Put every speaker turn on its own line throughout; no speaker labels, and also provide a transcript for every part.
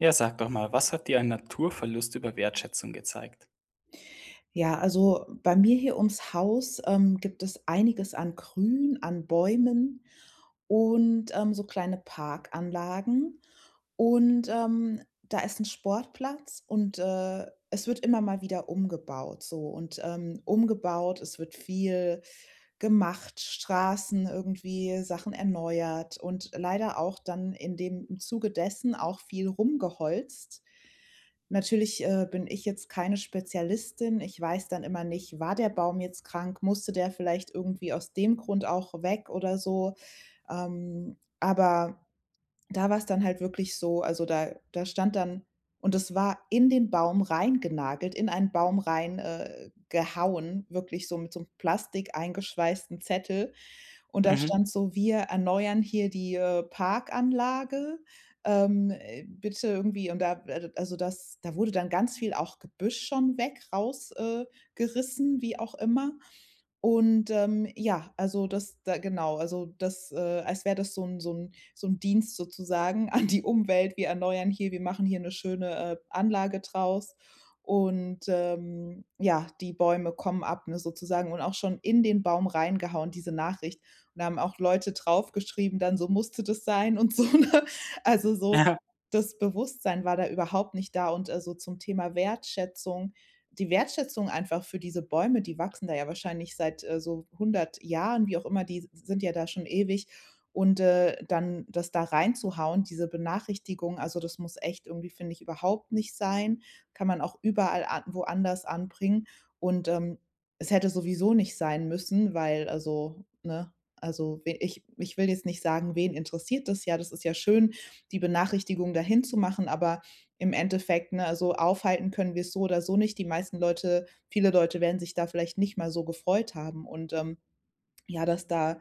Ja, sag doch mal, was hat dir ein Naturverlust über Wertschätzung gezeigt?
Ja, also bei mir hier ums Haus, gibt es einiges an Grün, an Bäumen und, so kleine Parkanlagen. Und, da ist ein Sportplatz und, es wird immer mal wieder umgebaut so und, es wird viel gemacht, Straßen irgendwie, Sachen erneuert und leider auch dann in dem im Zuge dessen auch viel rumgeholzt. Natürlich, bin ich jetzt keine Spezialistin. Ich weiß dann immer nicht, war der Baum jetzt krank? Musste der vielleicht irgendwie aus dem Grund auch weg oder so? Aber da war es dann halt wirklich so, also da stand dann, und das war in den Baum reingenagelt, in einen Baum rein, gehauen, wirklich so mit so einem Plastik eingeschweißten Zettel. Und da
Mhm.
stand so: „Wir erneuern hier die, Parkanlage, bitte irgendwie" und da also, das da wurde dann ganz viel auch Gebüsch schon weg raus gerissen, wie auch immer. Und, ja, also das da genau, also das, als wäre das so ein Dienst sozusagen an die Umwelt. Wir erneuern hier, wir machen hier eine schöne, Anlage draus. Und, ja, die Bäume kommen ab, ne, sozusagen, und auch schon in den Baum reingehauen, diese Nachricht. Und da haben auch Leute draufgeschrieben dann so: „Musste das sein?" und so, ne? Also so,
Ja.
das Bewusstsein war da überhaupt nicht da, und, so zum Thema Wertschätzung, die Wertschätzung einfach für diese Bäume, die wachsen da ja wahrscheinlich seit, so 100 Jahren, wie auch immer, die sind ja da schon ewig. Und, dann das da reinzuhauen, diese Benachrichtigung, also, das muss echt irgendwie, finde ich, überhaupt nicht sein. Kann man auch überall a woanders anbringen. Und, es hätte sowieso nicht sein müssen, weil, also, ne, also, we ich ich will jetzt nicht sagen, wen interessiert das ja? Das ist ja schön, die Benachrichtigung dahin zu machen, aber im Endeffekt, ne, also aufhalten können wir es so oder so nicht. Die meisten Leute viele Leute werden sich da vielleicht nicht mal so gefreut haben, und, ja, dass da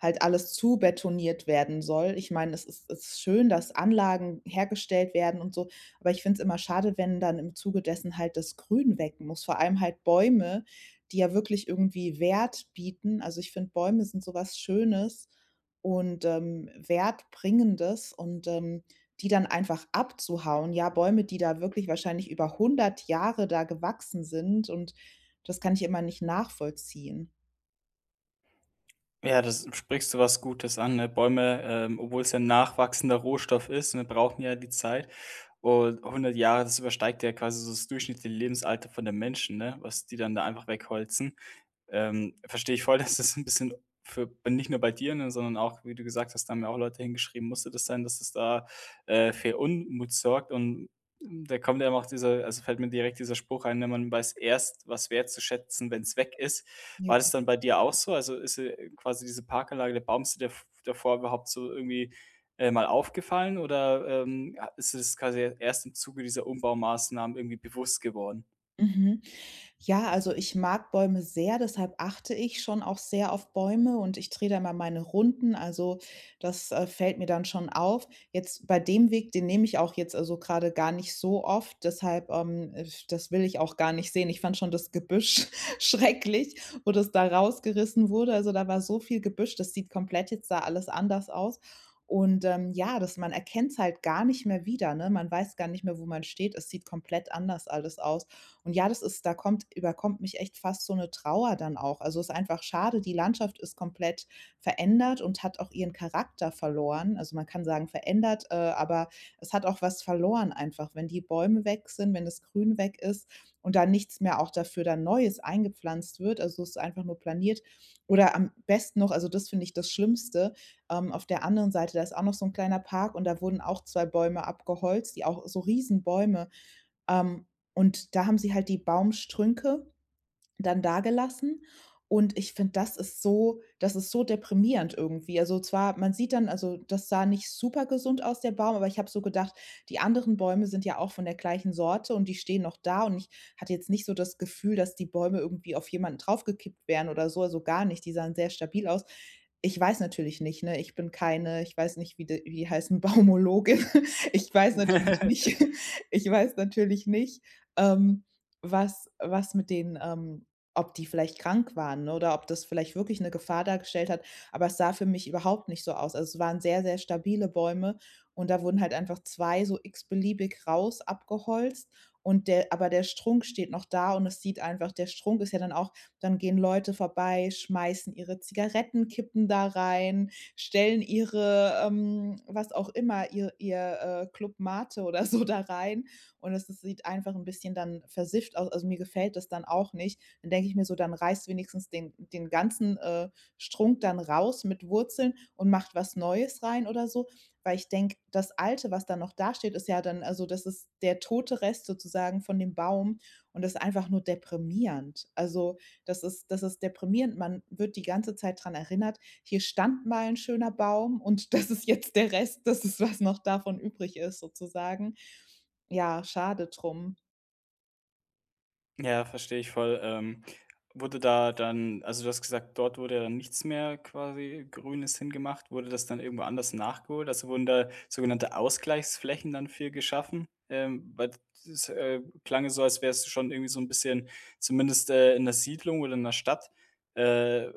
halt alles zu betoniert werden soll. Ich meine, es ist schön, dass Anlagen hergestellt werden und so, aber ich finde es immer schade, wenn dann im Zuge dessen halt das Grün weg muss, vor allem halt Bäume, die ja wirklich irgendwie Wert bieten. Also, ich finde, Bäume sind sowas Schönes und, Wertbringendes, und, die dann einfach abzuhauen. Ja, Bäume, die da wirklich wahrscheinlich über 100 Jahre da gewachsen sind, und das kann ich immer nicht nachvollziehen.
Ja, das sprichst du was Gutes an, ne? Bäume, obwohl es ja 'n nachwachsender Rohstoff ist, wir brauchen ja die Zeit. Und 100 Jahre, das übersteigt ja quasi so das durchschnittliche Lebensalter von den Menschen, ne, was die dann da einfach wegholzen. Verstehe ich voll, dass das ein bisschen für nicht nur bei dir, ne, sondern auch, wie du gesagt hast, da haben ja auch Leute hingeschrieben: „Musste das sein, dass das da, für Unmut sorgt?" Und da kommt einem auch dieser also, fällt mir direkt dieser Spruch ein, ne: „Man weiß erst, was wertzuschätzen, wenn es weg ist."
Ja.
War das dann bei dir auch so? Also, ist, quasi diese Parkanlage, der Baum, ist dir davor überhaupt so irgendwie, mal aufgefallen oder, ist es quasi erst im Zuge dieser Umbaumaßnahmen irgendwie bewusst geworden?
Mhm. Ja, also ich mag Bäume sehr, deshalb achte ich schon auch sehr auf Bäume, und ich drehe da immer meine Runden. Also, das fällt mir dann schon auf. Jetzt bei dem Weg, den nehme ich auch jetzt also gerade gar nicht so oft, deshalb das will ich auch gar nicht sehen. Ich fand schon das Gebüsch schrecklich, wo das da rausgerissen wurde. Also, da war so viel Gebüsch, das sieht komplett jetzt da alles anders aus. Und, ja, das, man erkennt es halt gar nicht mehr wieder. Ne? Man weiß gar nicht mehr, wo man steht. Es sieht komplett anders alles aus. Und ja, das ist, da kommt überkommt mich echt fast so eine Trauer dann auch. Also, es ist einfach schade, die Landschaft ist komplett verändert und hat auch ihren Charakter verloren. Also, man kann sagen verändert, aber es hat auch was verloren einfach, wenn die Bäume weg sind, wenn das Grün weg ist und da nichts mehr auch dafür dann Neues eingepflanzt wird. Also, es ist einfach nur planiert, oder am besten noch, also, das finde ich das Schlimmste: Auf der anderen Seite, da ist auch noch so ein kleiner Park, und da wurden auch 2 Bäume abgeholzt, die auch so Riesenbäume. Ähm, und da haben sie halt die Baumstrünke dann dagelassen. Und ich finde, das ist so deprimierend irgendwie. Also, zwar man sieht dann, also, das sah nicht super gesund aus, der Baum, aber ich habe so gedacht, die anderen Bäume sind ja auch von der gleichen Sorte und die stehen noch da, und ich hatte jetzt nicht so das Gefühl, dass die Bäume irgendwie auf jemanden draufgekippt wären oder so, also gar nicht. Die sahen sehr stabil aus. Ich weiß natürlich nicht, ne? Ich bin keine, ich weiß nicht, wie die heißen, Baumologin. Ich weiß natürlich nicht, ich weiß natürlich nicht, ähm, was mit den, ob die vielleicht krank waren, ne, oder ob das vielleicht wirklich 'ne Gefahr dargestellt hat, aber es sah für mich überhaupt nicht so aus. Also, es waren sehr, sehr stabile Bäume, und da wurden halt einfach 2 so x-beliebig raus abgeholzt, und der aber der Strunk steht noch da, und es sieht einfach, der Strunk ist ja dann auch, dann gehen Leute vorbei, schmeißen ihre Zigarettenkippen da rein, stellen ihre, was auch immer, ihr Club Mate oder so da rein, und es sieht einfach 'n bisschen dann versifft aus. Also, mir gefällt das dann auch nicht. Dann denke ich mir so, dann reißt wenigstens den, den ganzen Strunk dann raus, mit Wurzeln, und macht was Neues rein oder so. Weil ich denke, das Alte, was da noch dasteht, ist ja dann, also das ist der tote Rest sozusagen von dem Baum, und das ist einfach nur deprimierend. Also, das ist deprimierend. Man wird die ganze Zeit daran erinnert, hier stand mal ein schöner Baum, und das ist jetzt der Rest, das ist, was noch davon übrig ist sozusagen. Ja, schade drum.
Ja, verstehe ich voll. Wurde da dann also, du hast gesagt, dort wurde ja dann nichts mehr quasi Grünes hingemacht. Wurde das dann irgendwo anders nachgeholt? Also, wurden da sogenannte Ausgleichsflächen dann viel geschaffen? Weil es klang so, als wärst du schon irgendwie so ein bisschen zumindest, in der Siedlung oder in der Stadt, äh,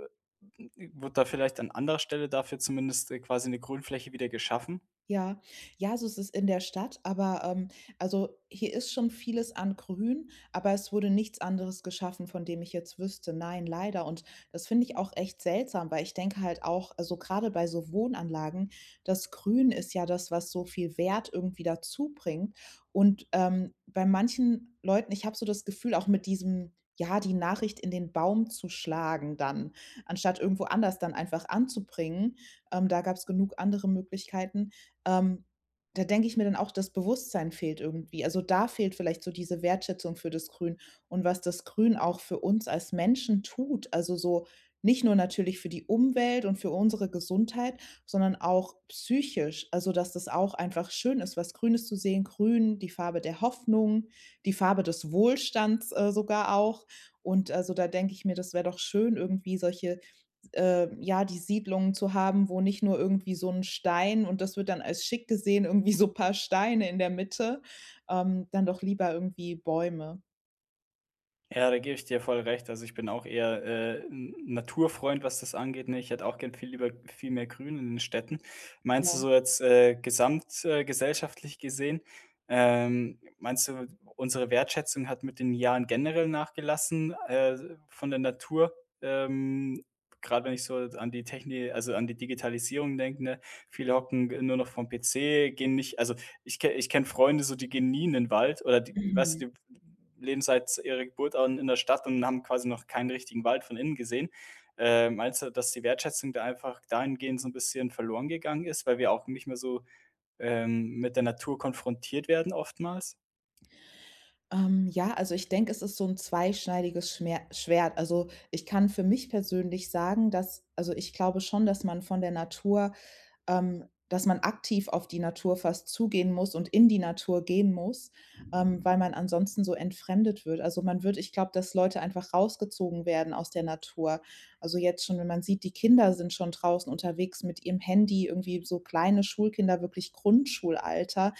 wurde da vielleicht an anderer Stelle dafür zumindest, quasi eine Grünfläche wieder geschaffen?
Ja, ja, so ist es in der Stadt, aber, also, hier ist schon vieles an Grün, aber es wurde nichts anderes geschaffen, von dem ich jetzt wüsste. Nein, leider. Und das finde ich auch echt seltsam, weil ich denke halt auch, also, gerade bei so Wohnanlagen, das Grün ist ja das, was so viel Wert irgendwie dazu bringt. Und, bei manchen Leuten, ich habe so das Gefühl, auch mit diesem, ja, die Nachricht in den Baum zu schlagen dann, anstatt irgendwo anders dann einfach anzubringen. Da gab es genug andere Möglichkeiten. Ähm, Da denke ich mir dann auch, das Bewusstsein fehlt irgendwie. Also, da fehlt vielleicht so diese Wertschätzung für das Grün und was das Grün auch für uns als Menschen tut. Also, so nicht nur natürlich für die Umwelt und für unsere Gesundheit, sondern auch psychisch. Also, dass das auch einfach schön ist, was Grünes zu sehen. Grün, die Farbe der Hoffnung, die Farbe des Wohlstands, sogar auch. Und, also, da denke ich mir, das wäre doch schön, irgendwie solche ja, die Siedlungen zu haben, wo nicht nur irgendwie so 'n Stein, und das wird dann als schick gesehen, irgendwie so paar Steine in der Mitte, dann doch lieber irgendwie Bäume.
Ja, da gebe ich dir voll recht. Also, ich bin auch eher, 'n Naturfreund, was das angeht, ne? Ich hätte auch gern viel lieber viel mehr Grün in den Städten. Meinst du
Ja.
so jetzt, gesamt gesellschaftlich gesehen? Meinst du, unsere Wertschätzung hat mit den Jahren generell nachgelassen, von der Natur? Ähm, Grad wenn ich so an die Techni also, an die Digitalisierung denke, ne? Viele hocken nur noch vorm PC, gehen nicht also ich kenne Freunde, so die gehen nie in den Wald oder die weißt
Mhm.
du, die leben seit ihrer Geburt an in der Stadt und haben quasi noch keinen richtigen Wald von innen gesehen. Meinst du, dass die Wertschätzung da einfach dahingehend so ein bisschen verloren gegangen ist, weil wir auch nicht mehr so, mit der Natur konfrontiert werden oftmals?
Ja, also ich denke, es ist so 'n zweischneidiges Schmer Schwert. Also, ich kann für mich persönlich sagen, dass, also, ich glaube schon, dass man von der Natur, dass man aktiv auf die Natur fast zugehen muss und in die Natur gehen muss, weil man ansonsten so entfremdet wird. Also, man wird, ich glaube, dass Leute einfach rausgezogen werden aus der Natur. Also, jetzt schon, wenn man sieht, die Kinder sind schon draußen unterwegs mit ihrem Handy, irgendwie so kleine Schulkinder, wirklich Grundschulalter,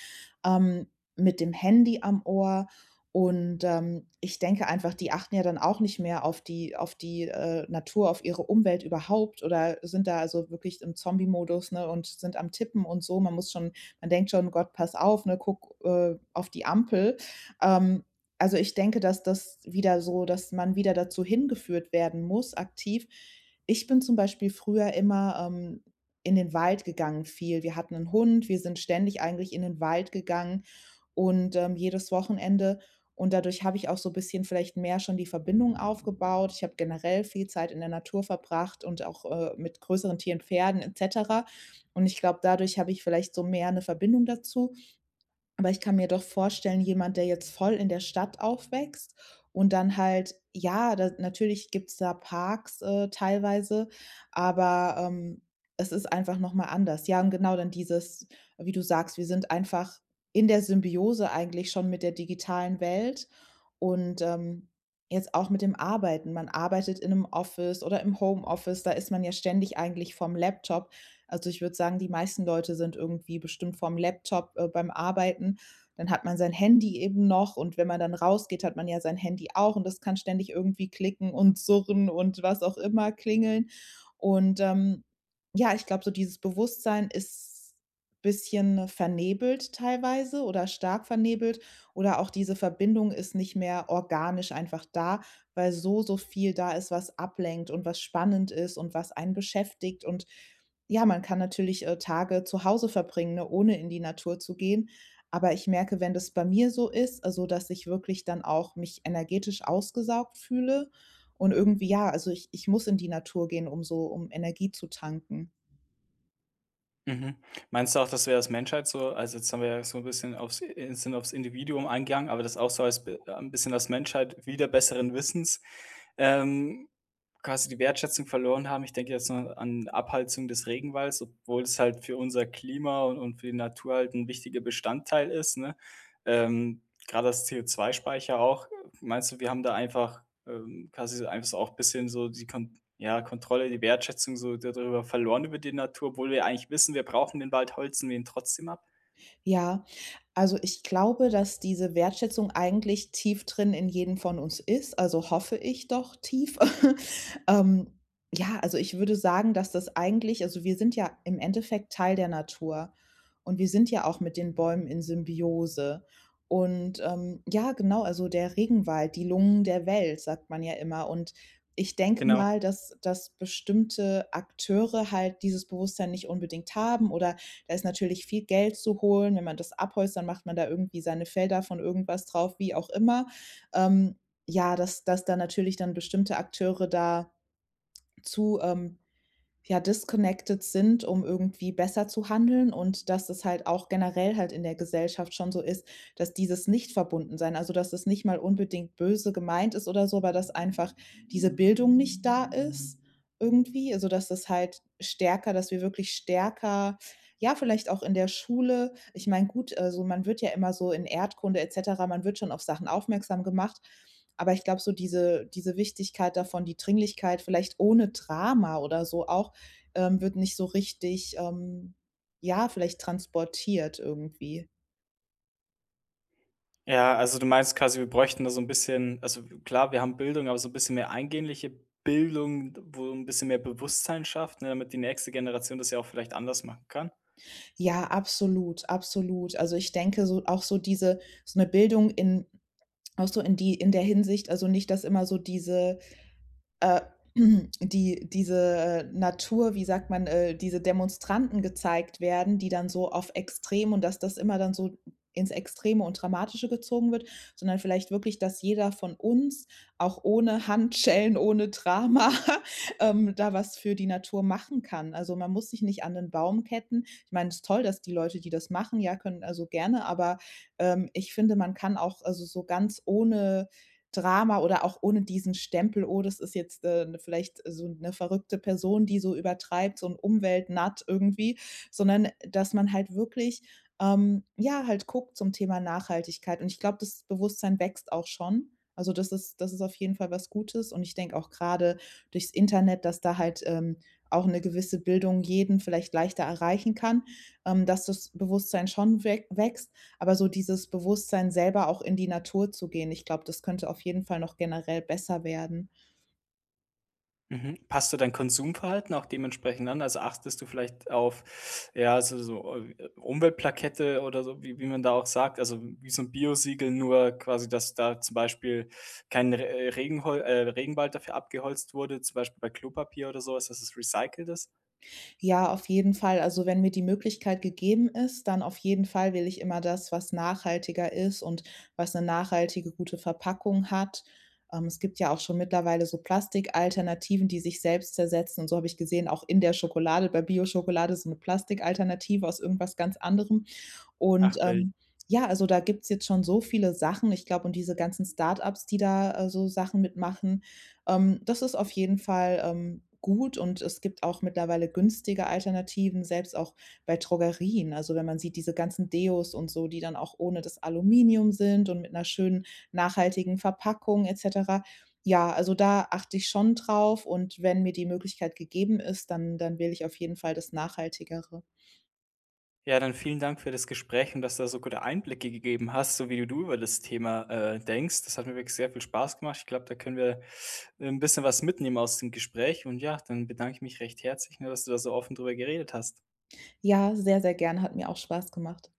ähm, mit dem Handy am Ohr. Und, ich denke einfach, die achten ja dann auch nicht mehr auf die Natur, auf ihre Umwelt überhaupt, oder sind da, also, wirklich im Zombie-Modus, ne, und sind am Tippen und so. Man muss schon, man denkt schon: „Gott, pass auf, ne, guck, auf die Ampel." Ähm, also, ich denke, dass das wieder so, dass man wieder dazu hingeführt werden muss, aktiv. Ich bin zum Beispiel früher immer, in den Wald gegangen, viel. Wir hatten einen Hund, wir sind ständig eigentlich in den Wald gegangen, und, jedes Wochenende, und dadurch habe ich auch so ein bisschen vielleicht mehr schon die Verbindung aufgebaut. Ich habe generell viel Zeit in der Natur verbracht, und auch, mit größeren Tieren, Pferden, et cetera. Und ich glaube, dadurch habe ich vielleicht so mehr eine Verbindung dazu. Aber ich kann mir doch vorstellen, jemand, der jetzt voll in der Stadt aufwächst und dann halt, ja, da natürlich gibt's da Parks, teilweise, aber, es ist einfach noch mal anders. Ja, und genau dann dieses, wie du sagst, wir sind einfach in der Symbiose eigentlich schon mit der digitalen Welt, und, jetzt auch mit dem Arbeiten. Man arbeitet in einem Office oder im Homeoffice, da ist man ja ständig eigentlich vom Laptop. Also, ich würde sagen, die meisten Leute sind irgendwie bestimmt vorm Laptop, beim Arbeiten. Dann hat man sein Handy eben noch, und wenn man dann rausgeht, hat man ja sein Handy auch, und das kann ständig irgendwie klicken und surren und was auch immer, klingeln. Und, ähm, ja, ich glaube, so dieses Bewusstsein ist bisschen vernebelt teilweise oder stark vernebelt oder auch diese Verbindung ist nicht mehr organisch einfach da, weil so, so viel da ist, was ablenkt und was spannend ist und was einen beschäftigt, und ja, man kann natürlich Tage zu Hause verbringen, ne, ohne in die Natur zu gehen. Aber ich merke, wenn das bei mir so ist, also, dass ich wirklich dann auch mich energetisch ausgesaugt fühle und irgendwie, ja, also, ich muss in die Natur gehen, um so um Energie zu tanken.
Mhm. Meinst du auch, dass wir als Menschheit so also, jetzt haben wir ja so ein bisschen aufs sind aufs Individuum eingegangen, aber das auch so als b ein bisschen als Menschheit wieder besseren Wissens, ähm, quasi die Wertschätzung verloren haben. Ich denke jetzt nur an Abholzung des Regenwalds, obwohl es halt für unser Klima und für die Natur halt ein wichtiger Bestandteil ist, ne? Ähm, Grad als CO2 speicher auch. Meinst du, wir haben da einfach, quasi einfach so auch ein bisschen so die Kon ja, Kontrolle, die Wertschätzung so darüber verloren über die Natur, obwohl wir eigentlich wissen, wir brauchen den Wald, holzen wir ihn trotzdem ab?
Ja, also ich glaube, dass diese Wertschätzung eigentlich tief drin in jedem von uns ist, also hoffe ich doch tief. Ähm, ja, also ich würde sagen, dass das eigentlich, also, wir sind ja im Endeffekt Teil der Natur, und wir sind ja auch mit den Bäumen in Symbiose. Ja, genau, also der Regenwald, die Lungen der Welt, sagt man ja immer. Und ich denke
Genau.
mal, dass bestimmte Akteure halt dieses Bewusstsein nicht unbedingt haben, oder da ist natürlich viel Geld zu holen. Wenn man das abholzt, dann macht man da irgendwie seine Felder von irgendwas drauf, wie auch immer. Ähm, ja, dass da natürlich dann bestimmte Akteure da zu ja, disconnected sind, um irgendwie besser zu handeln, und dass es halt auch generell halt in der Gesellschaft schon so ist, dass dieses nicht verbunden sein, also, dass es nicht mal unbedingt böse gemeint ist oder so, aber dass einfach diese Bildung nicht da ist irgendwie. Also, dass es halt stärker, dass wir wirklich stärker, ja, vielleicht auch in der Schule, ich meine, gut, also, man wird ja immer so in Erdkunde et cetera, man wird schon auf Sachen aufmerksam gemacht, aber ich glaube, so diese Wichtigkeit davon, die Dringlichkeit vielleicht ohne Drama oder so auch, wird nicht so richtig, ja, vielleicht transportiert irgendwie.
Ja, also du meinst quasi, wir bräuchten da so ein bisschen also klar, wir haben Bildung, aber so ein bisschen mehr eingehende Bildung, wo ein bisschen mehr Bewusstsein schafft, ne, damit die nächste Generation das ja auch vielleicht anders machen kann?
Ja, absolut, absolut. Also, ich denke so auch so diese, so eine Bildung in auch so in die in der Hinsicht, also, nicht, dass immer so diese äh, die diese Natur, wie sagt man, diese Demonstranten gezeigt werden, die dann so auf extrem, und dass das immer dann so ins Extreme und Dramatische gezogen wird, sondern vielleicht wirklich, dass jeder von uns auch ohne Handschellen, ohne Drama, da was für die Natur machen kann. Also, man muss sich nicht an den Baum ketten. Ich meine, es ist toll, dass die Leute, die das machen, ja, können, also gerne, aber, ich finde, man kann auch, also, so ganz ohne Drama oder auch ohne diesen Stempel: „Oh, das ist jetzt, 'ne, vielleicht so eine verrückte Person, die so übertreibt, so ein Umweltnut irgendwie“, sondern dass man halt wirklich, ja, halt guckt zum Thema Nachhaltigkeit. Und ich glaube, das Bewusstsein wächst auch schon. Also, das ist, das ist auf jeden Fall was Gutes. Und ich denke auch, gerade durchs Internet, dass da halt, auch eine gewisse Bildung jeden vielleicht leichter erreichen kann, dass das Bewusstsein schon wächst. Aber so dieses Bewusstsein, selber auch in die Natur zu gehen, ich glaube, das könnte auf jeden Fall noch generell besser werden.
Mhm. Passt du dein Konsumverhalten auch dementsprechend an? Also achtest du vielleicht auf, ja, so, Umweltplakette oder so, wie man da auch sagt, also wie so ein Biosiegel, nur quasi, dass da zum Beispiel kein Re Regenhol Regenwald dafür abgeholzt wurde, zum Beispiel bei Klopapier oder sowas, dass es recycelt ist?
Ja, auf jeden Fall. Also, wenn mir die Möglichkeit gegeben ist, dann auf jeden Fall will ich immer das, was nachhaltiger ist und was eine nachhaltige, gute Verpackung hat. Es gibt ja auch schon mittlerweile so Plastikalternativen, die sich selbst zersetzen, und so habe ich gesehen, auch in der Schokolade, bei Bio-Schokolade, so eine Plastikalternative aus irgendwas ganz anderem. Und,
Ach, wild.
ähm, ja, also, da gibt's jetzt schon so viele Sachen. Ich glaube, und diese ganzen Startups, die da so Sachen mitmachen, das ist auf jeden Fall, gut, und es gibt auch mittlerweile günstige Alternativen, selbst auch bei Drogerien. Also, wenn man sieht, diese ganzen Deos und so, die dann auch ohne das Aluminium sind und mit einer schönen nachhaltigen Verpackung et cetera. Ja, also, da achte ich schon drauf, und wenn mir die Möglichkeit gegeben ist, dann wähle ich auf jeden Fall das Nachhaltigere.
Ja, dann vielen Dank für das Gespräch und dass du da so gute Einblicke gegeben hast, so wie du über das Thema, denkst. Das hat mir wirklich sehr viel Spaß gemacht. Ich glaube, da können wir ein bisschen was mitnehmen aus dem Gespräch und ja, dann bedanke ich mich recht herzlich, ne, dass du da so offen drüber geredet hast.
Ja, sehr, sehr gerne, hat mir auch Spaß gemacht.